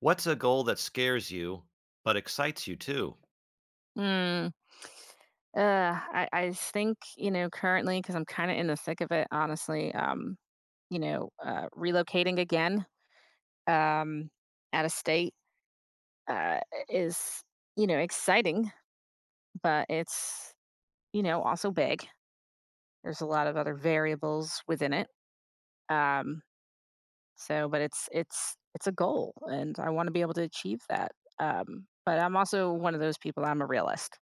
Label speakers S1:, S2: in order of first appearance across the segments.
S1: What's a goal that scares you, but excites you too?
S2: Mm. Uh, I think, currently because I 'cause I'm kinda in the thick of it, honestly. Relocating again, um, out of state, uh, is exciting, but it's also big. There's a lot of other variables within it, um, so but it's a goal, and I wanna be able to achieve that, but I'm also one of those people, I'm a realist,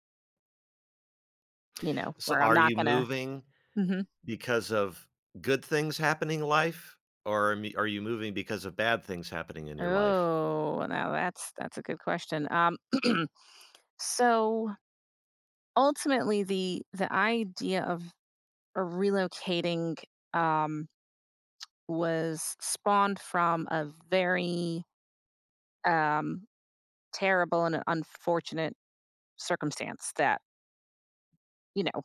S1: So
S2: where I'm
S1: are
S2: not
S1: you
S2: gonna
S1: moving
S2: Mhm.
S1: because of good things happening in life, or am are you moving because of bad things happening in your life?
S2: Oh, now that's a good question. So ultimately, the idea of relocating um, was spawned from a very um, terrible and unfortunate circumstance that you know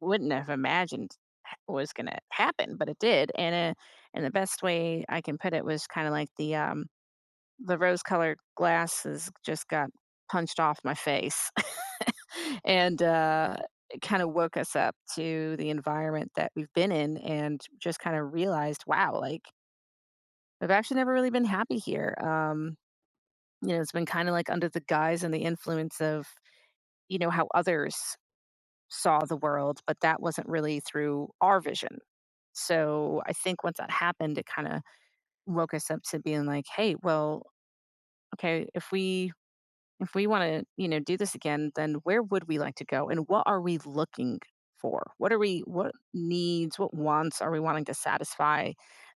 S2: wouldn't have imagined was going to happen, but it did. And the best way I can put it was kind of like the rose colored glasses just got punched off my face. and It kind of woke us up to the environment that we've been in, and just kind of realized, wow, like I've actually never really been happy here. It's been kind of like under the guise and the influence of, how others saw the world, but that wasn't really through our vision. So I think once that happened, it kind of woke us up to being like, hey, well, okay, if we want to do this again, then where would we like to go, and what are we looking for, what are we, what needs, what wants are we wanting to satisfy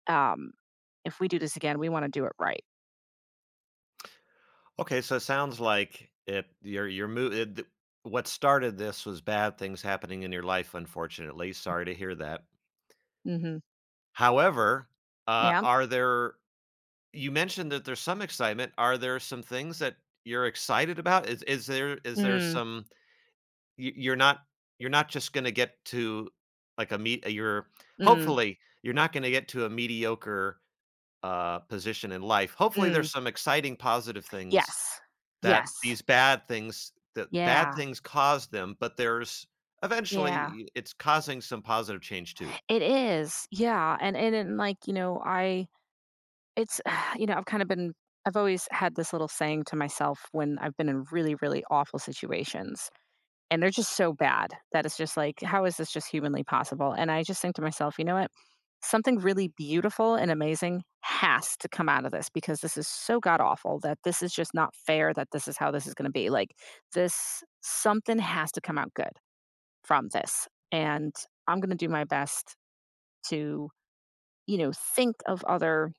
S2: um if we do this again, we want to do it right.
S1: Okay, so it sounds like it you're mo it th what started this was bad things happening in your life, unfortunately, sorry to hear that.
S2: Mm-hmm.
S1: However,
S2: Yeah.
S1: are there, you mentioned that there's some excitement, are there some things that you're excited about? Is there
S2: Mm.
S1: some, you you're not you're not just gonna get to like a meet you're,
S2: Mm.
S1: hopefully, you're not gonna get to a mediocre, position in life. Hopefully, there's
S2: Mm.
S1: some exciting positive things
S2: Yes.
S1: that
S2: Yes.
S1: these bad things,
S2: Yeah.
S1: cause them, but there's
S2: Yeah.
S1: eventually it's causing some positive change too.
S2: It is, yeah. And like, you know I it's I've kind of been, I've always had this little saying to myself when I've been in really, really awful situations. And they're just so bad that it's just like, how is this just humanly possible? And I just think to myself, you know what? Something really beautiful and amazing has to come out of this because this is so god awful that this is just not fair that this is how this is going to be. Like, something has to come out good from this. And I'm going to do my best to, think of other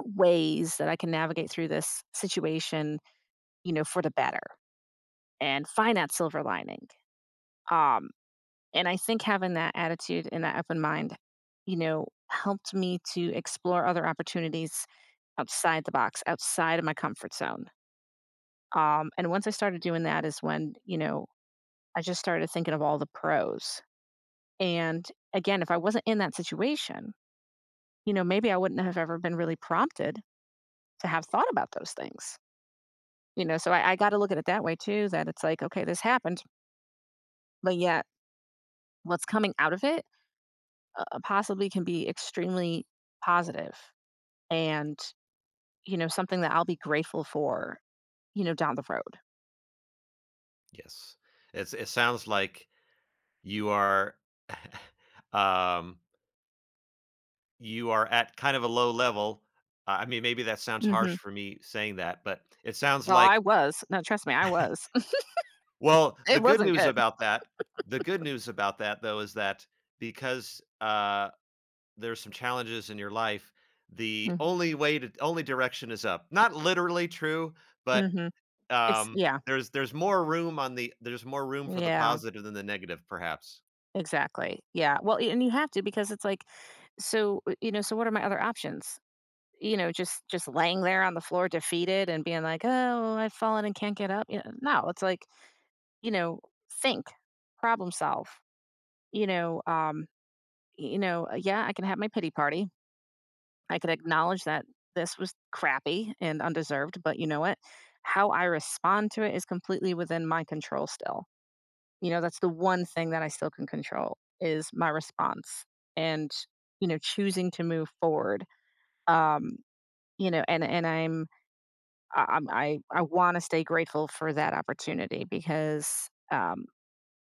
S2: ways that I can navigate through this situation, for the better, and find that silver lining. Um, And I think having that attitude and that open mind, helped me to explore other opportunities outside the box, outside of my comfort zone. And once I started doing that, is when, I just started thinking of all the pros. And again, if I wasn't in that situation, maybe I wouldn't have ever been really prompted to have thought about those things. You know, so I got to look at it that way too, that it's like, okay, this happened, but yet what's coming out of it, possibly can be extremely positive and, something that I'll be grateful for, down the road.
S1: Yes. It sounds like you are um, you are at kind of a low level. I mean, maybe that sounds
S2: Mhm.
S1: harsh for me saying that, but it sounds
S2: No, I
S1: like.
S2: was. No, trust me, I was.
S1: Well,
S2: It wasn't good.
S1: the good news about that, though, is that because, there's some challenges in your life, the
S2: Mm,
S1: only way to only direction is up. Not literally true, but,
S2: mhm. It's yeah.
S1: there's more room on the there's more room for the
S2: Yeah,
S1: positive than the negative, perhaps.
S2: exactly. Yeah. Well, and you have to because it's like, so, so what are my other options? You know, just laying there on the floor defeated and being like, "Oh, I've fallen and can't get up." You know, no, it's like, you know, think, problem solve, you know, um, yeah, I can have my pity party, I could acknowledge that this was crappy and undeserved, but you know what? How I respond to it is completely within my control still. You know, that's the one thing that I still can control is my response and, choosing to move forward. Um, and I want to stay grateful for that opportunity because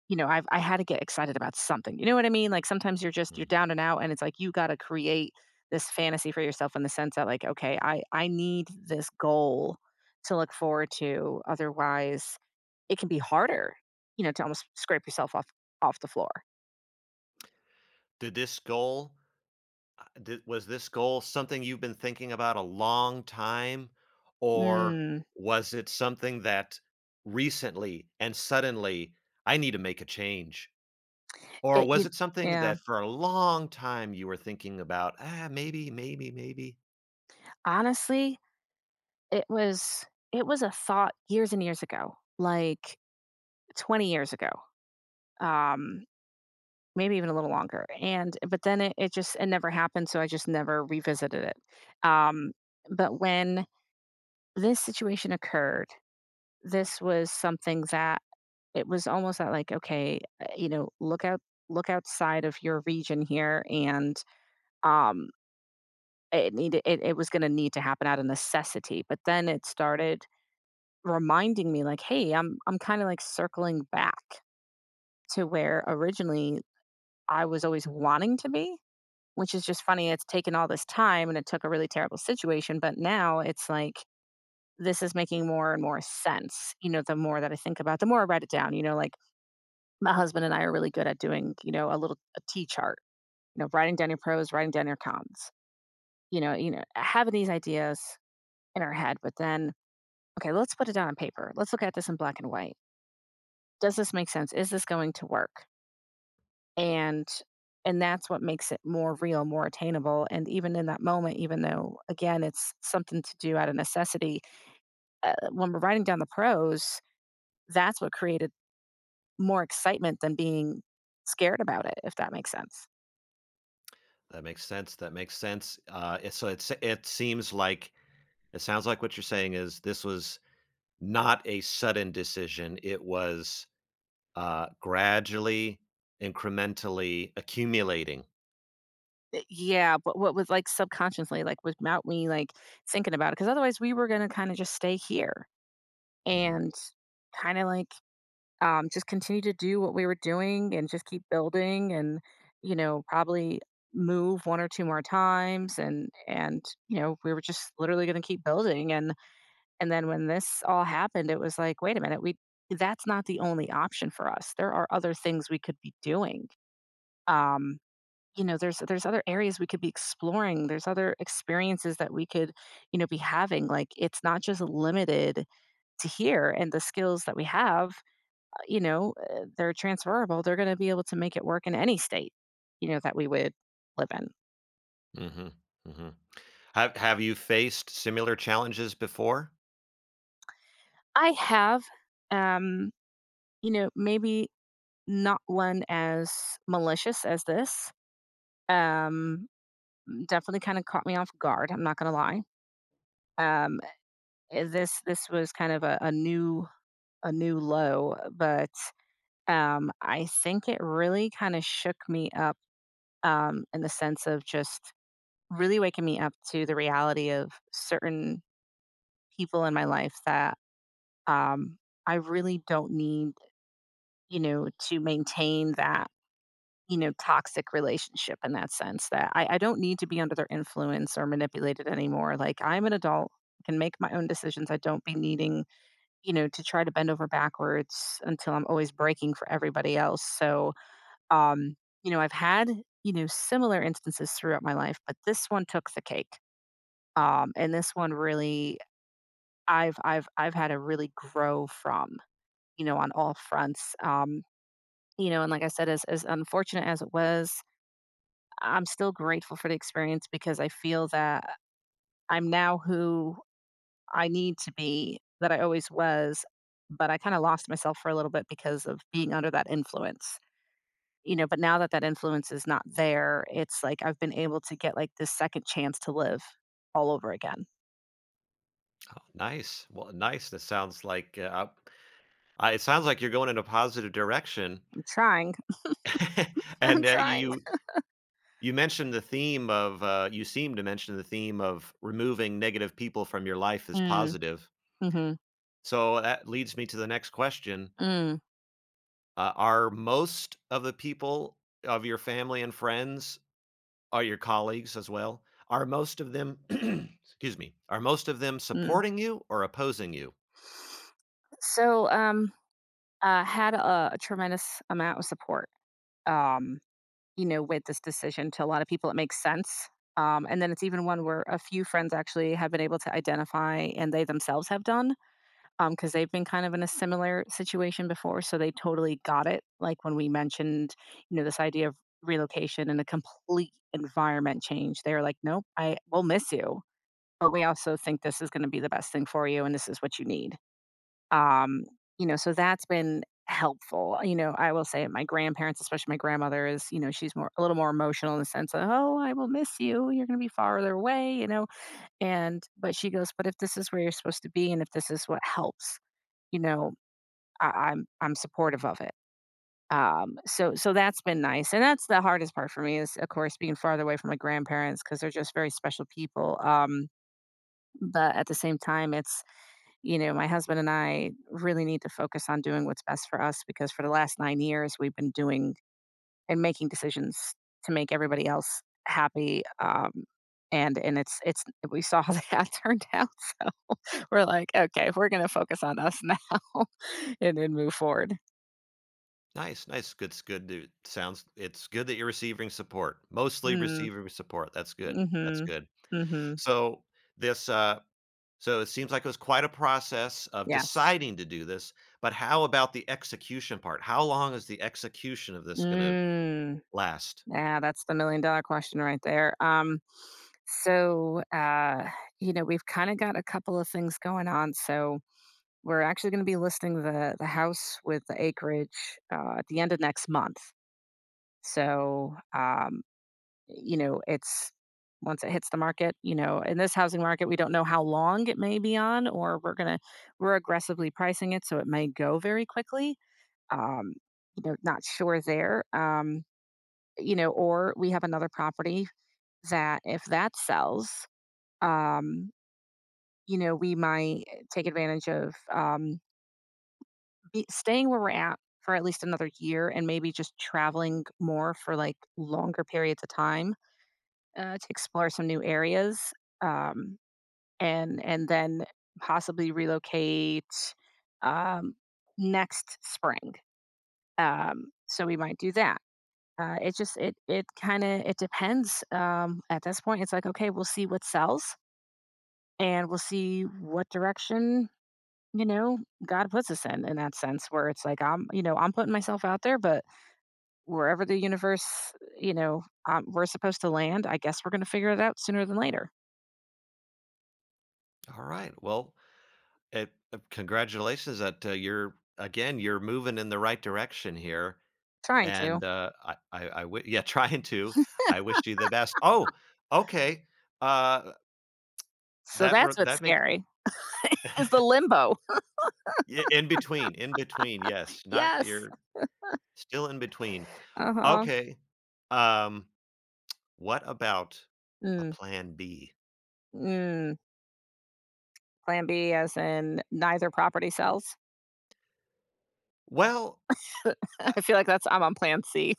S2: I had to get excited about something. You know what I mean? Like sometimes you're just you're
S1: Mhm.
S2: down and out, and it's like you got to create this fantasy for yourself in the sense that, like, okay, I need this goal to look forward to, otherwise it can be harder, to almost scrape yourself off the floor.
S1: Did this goal, did was this goal something you've been thinking about a long time, or
S2: Mm.
S1: was it something that recently and suddenly, "I need to make a change." Or
S2: It
S1: was
S2: you,
S1: it something
S2: yeah.
S1: that for a long time you were thinking about, "Ah, maybe, maybe, maybe."
S2: Honestly, it was it was a thought years and years ago, like 20 years ago. Um Maybe even a little longer, and but then it just it never happened, so I just never revisited it. Um, but when this situation occurred, this was something that it was almost that like, okay, look out, look outside of your region here, and um it needed it was gonna need to happen out of necessity. But then it started reminding me like, hey, I'm kind of like circling back to where originally I was always wanting to be. Which is just funny, it's taken all this time and it took a really terrible situation, but now it's like, this is making more and more sense, you know, the more that I think about, the more I write it down, you know, like, my husband and I are really good at doing, a little a T chart, writing down your pros, writing down your cons, you know, having these ideas in our head, but then, "Okay, let's put it down on paper. Let's look at this in black and white. Does this make sense? Is this going to work?" And and that's what makes it more real, more attainable, and even in that moment, even though, again, it's something to do out of necessity, when we're writing down the pros, that's what created more excitement than being scared about it, if that makes sense.
S1: That makes sense, that makes sense. It seems like, it sounds like what you're saying is this was not a sudden decision. It was, gradually, incrementally accumulating.
S2: Eh, yeah, but what was, like, subconsciously, like, without me, like, thinking about it? Because otherwise we were gonna kinda just stay here.
S1: Mhm,
S2: And kind of like just continue to do what we were doing and just keep building, and you know probably move one or two more times, and you know we were just literally going to keep building, and then when this all happened it was like, wait a minute, we that's not the only option for us. There are other things we could be doing, um you know, there's other areas we could be exploring, there's other experiences that we could, you know, be having, like it's not just limited to here, and the skills that we have, they're transferable. They're going to be able to make it work in any state, you know, that we would live in.
S1: mhm, mhm. Have you faced similar challenges before?
S2: I have, um, maybe not one as malicious as this. Um, Definitely kind of caught me off guard. I'm not going to lie. Um, this was kind of a new, a new low, but I think it really kind of shook me up, in the sense of just really waking me up to the reality of certain people in my life that, um, I really don't need, to maintain that, toxic relationship, in that sense that I don't need to be under their influence or manipulated anymore. Like I'm an adult, I can make my own decisions. I don't be needing, to try to bend over backwards until I'm always breaking for everybody else. So, um, you know, I've had, similar instances throughout my life, but this one took the cake. And this one really I've had to really grow from, you know, on all fronts. You know, and like I said, as unfortunate as it was, I'm still grateful for the experience because I feel that I'm now who I need to be, that I always was, but I kind of lost myself for a little bit because of being under that influence. You know, but now that that influence is not there, it's like I've been able to get like this second chance to live all over again.
S1: Oh, nice. Well, nice. That sounds like, I, it sounds like you're going in a positive direction.
S2: I'm trying. I'm
S1: And,
S2: trying.
S1: you, you mentioned the theme of, you seem to mention the theme of removing negative people from your life is
S2: Mm,
S1: positive.
S2: mm-hmm.
S1: So, that leads me to the next question.
S2: Mm,
S1: Are most of the people of your family and friends, are your colleagues as well, are most of them excuse me, are most of them
S2: mm.
S1: supporting you or opposing you?
S2: So, had a tremendous amount of support, um, you know, with this decision. To a lot of people, it makes sense. And then it's even one where a few friends actually have been able to identify, and they themselves have done, because they've been kind of in a similar situation before. So they totally got it. Like when we mentioned, this idea of relocation and a complete environment change, they are like, nope, I will miss you. But we also think this is going to be the best thing for you and this is what you need. Um, so that's been helpful. I will say my grandparents, especially my grandmother is, she's more a little more emotional in the sense of, "Oh, I will miss you. You're going to be farther away." And but she goes, "But if this is where you're supposed to be and if this is what helps, you know, I'm supportive of it." So that's been nice. And that's the hardest part for me is of course being farther away from my grandparents because they're just very special people. But at the same time, my husband and I really need to focus on doing what's best for us because for the last 9 years, we've been doing and making decisions to make everybody else happy, and it's we saw how that turned out, so we're like, "Okay, we're gonna focus on us now and then move forward."
S1: Nice, nice. Good s, good to sounds, it's good that you're receiving support. Mostly
S2: Mm,
S1: receiving support. That's good. That's
S2: mhm,
S1: good.
S2: mhm,
S1: So, this, uh, so it seems like it was quite a process of
S2: yes.
S1: deciding to do this, but how about the execution part? How long is the execution of this going to
S2: Mm,
S1: last?
S2: yeah, that's the million-dollar question right there, so, we've kinda got a couple of things going on. So we're actually gonna be listing the house with the acreage, at the end of next month. So, you know, it's once it hits the market, in this housing market, we don't know how long it may be on, or we're aggressively pricing it, so it may go very quickly. Um, Not sure there. Or we have another property that if that sells, um, we might take advantage of, be staying where we're at for at least another year and maybe just traveling more for like longer periods of time, to explore some new areas, um, and then possibly relocate, um, next spring, so we might do that. Uh, it just it it kind of it depends. At this point, it's like, okay, we'll see what sells and we'll see what direction you know god puts us in that sense where it's like I'm you know I'm putting myself out there, but wherever the universe, you know, we're supposed to land, I guess we're going to figure it out sooner than later.
S1: All right. Well, it, congratulations that, you're again you're moving in the right direction here,
S2: Trying to.
S1: and yeah, trying to. I wish you the best. Oh, okay. Uh,
S2: So
S1: that re-,
S2: that's what's
S1: that makes
S2: scary is the limbo.
S1: yeah, in between, in between. Yes, not
S2: Yes.
S1: you're still in between.
S2: Uh huh.
S1: Okay. Um, what about a
S2: Mm,
S1: plan B?
S2: mm. Plan B, as in neither property sells.
S1: Well, I
S2: I feel like that's I'm on Plan C.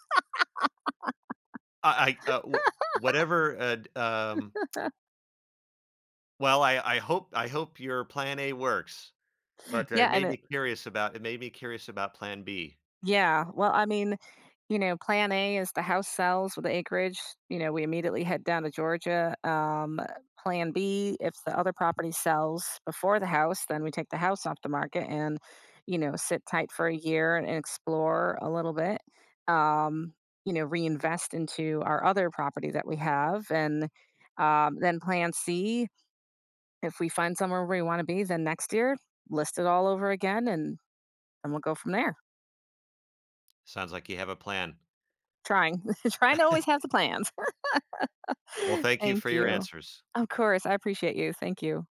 S1: I, wh whatever, d well, I hope your plan A works, but it
S2: Yeah,
S1: made me curious about, it made me curious about plan B.
S2: yeah. Well, I mean, plan A is the house sells with the acreage, we immediately head down to Georgia. Plan B, if the other property sells before the house, then we take the house off the market and, sit tight for a year and explore a little bit. Um, Reinvest into our other property that we have. And then plan C, if we find somewhere we want to be, then next year, list it all over again, and we'll go from there.
S1: Sounds like you have a plan.
S2: Trying, trying to always have the plans.
S1: Well, thank you
S2: Thank
S1: for your
S2: you.
S1: answers.
S2: Of course, I appreciate you. Thank you.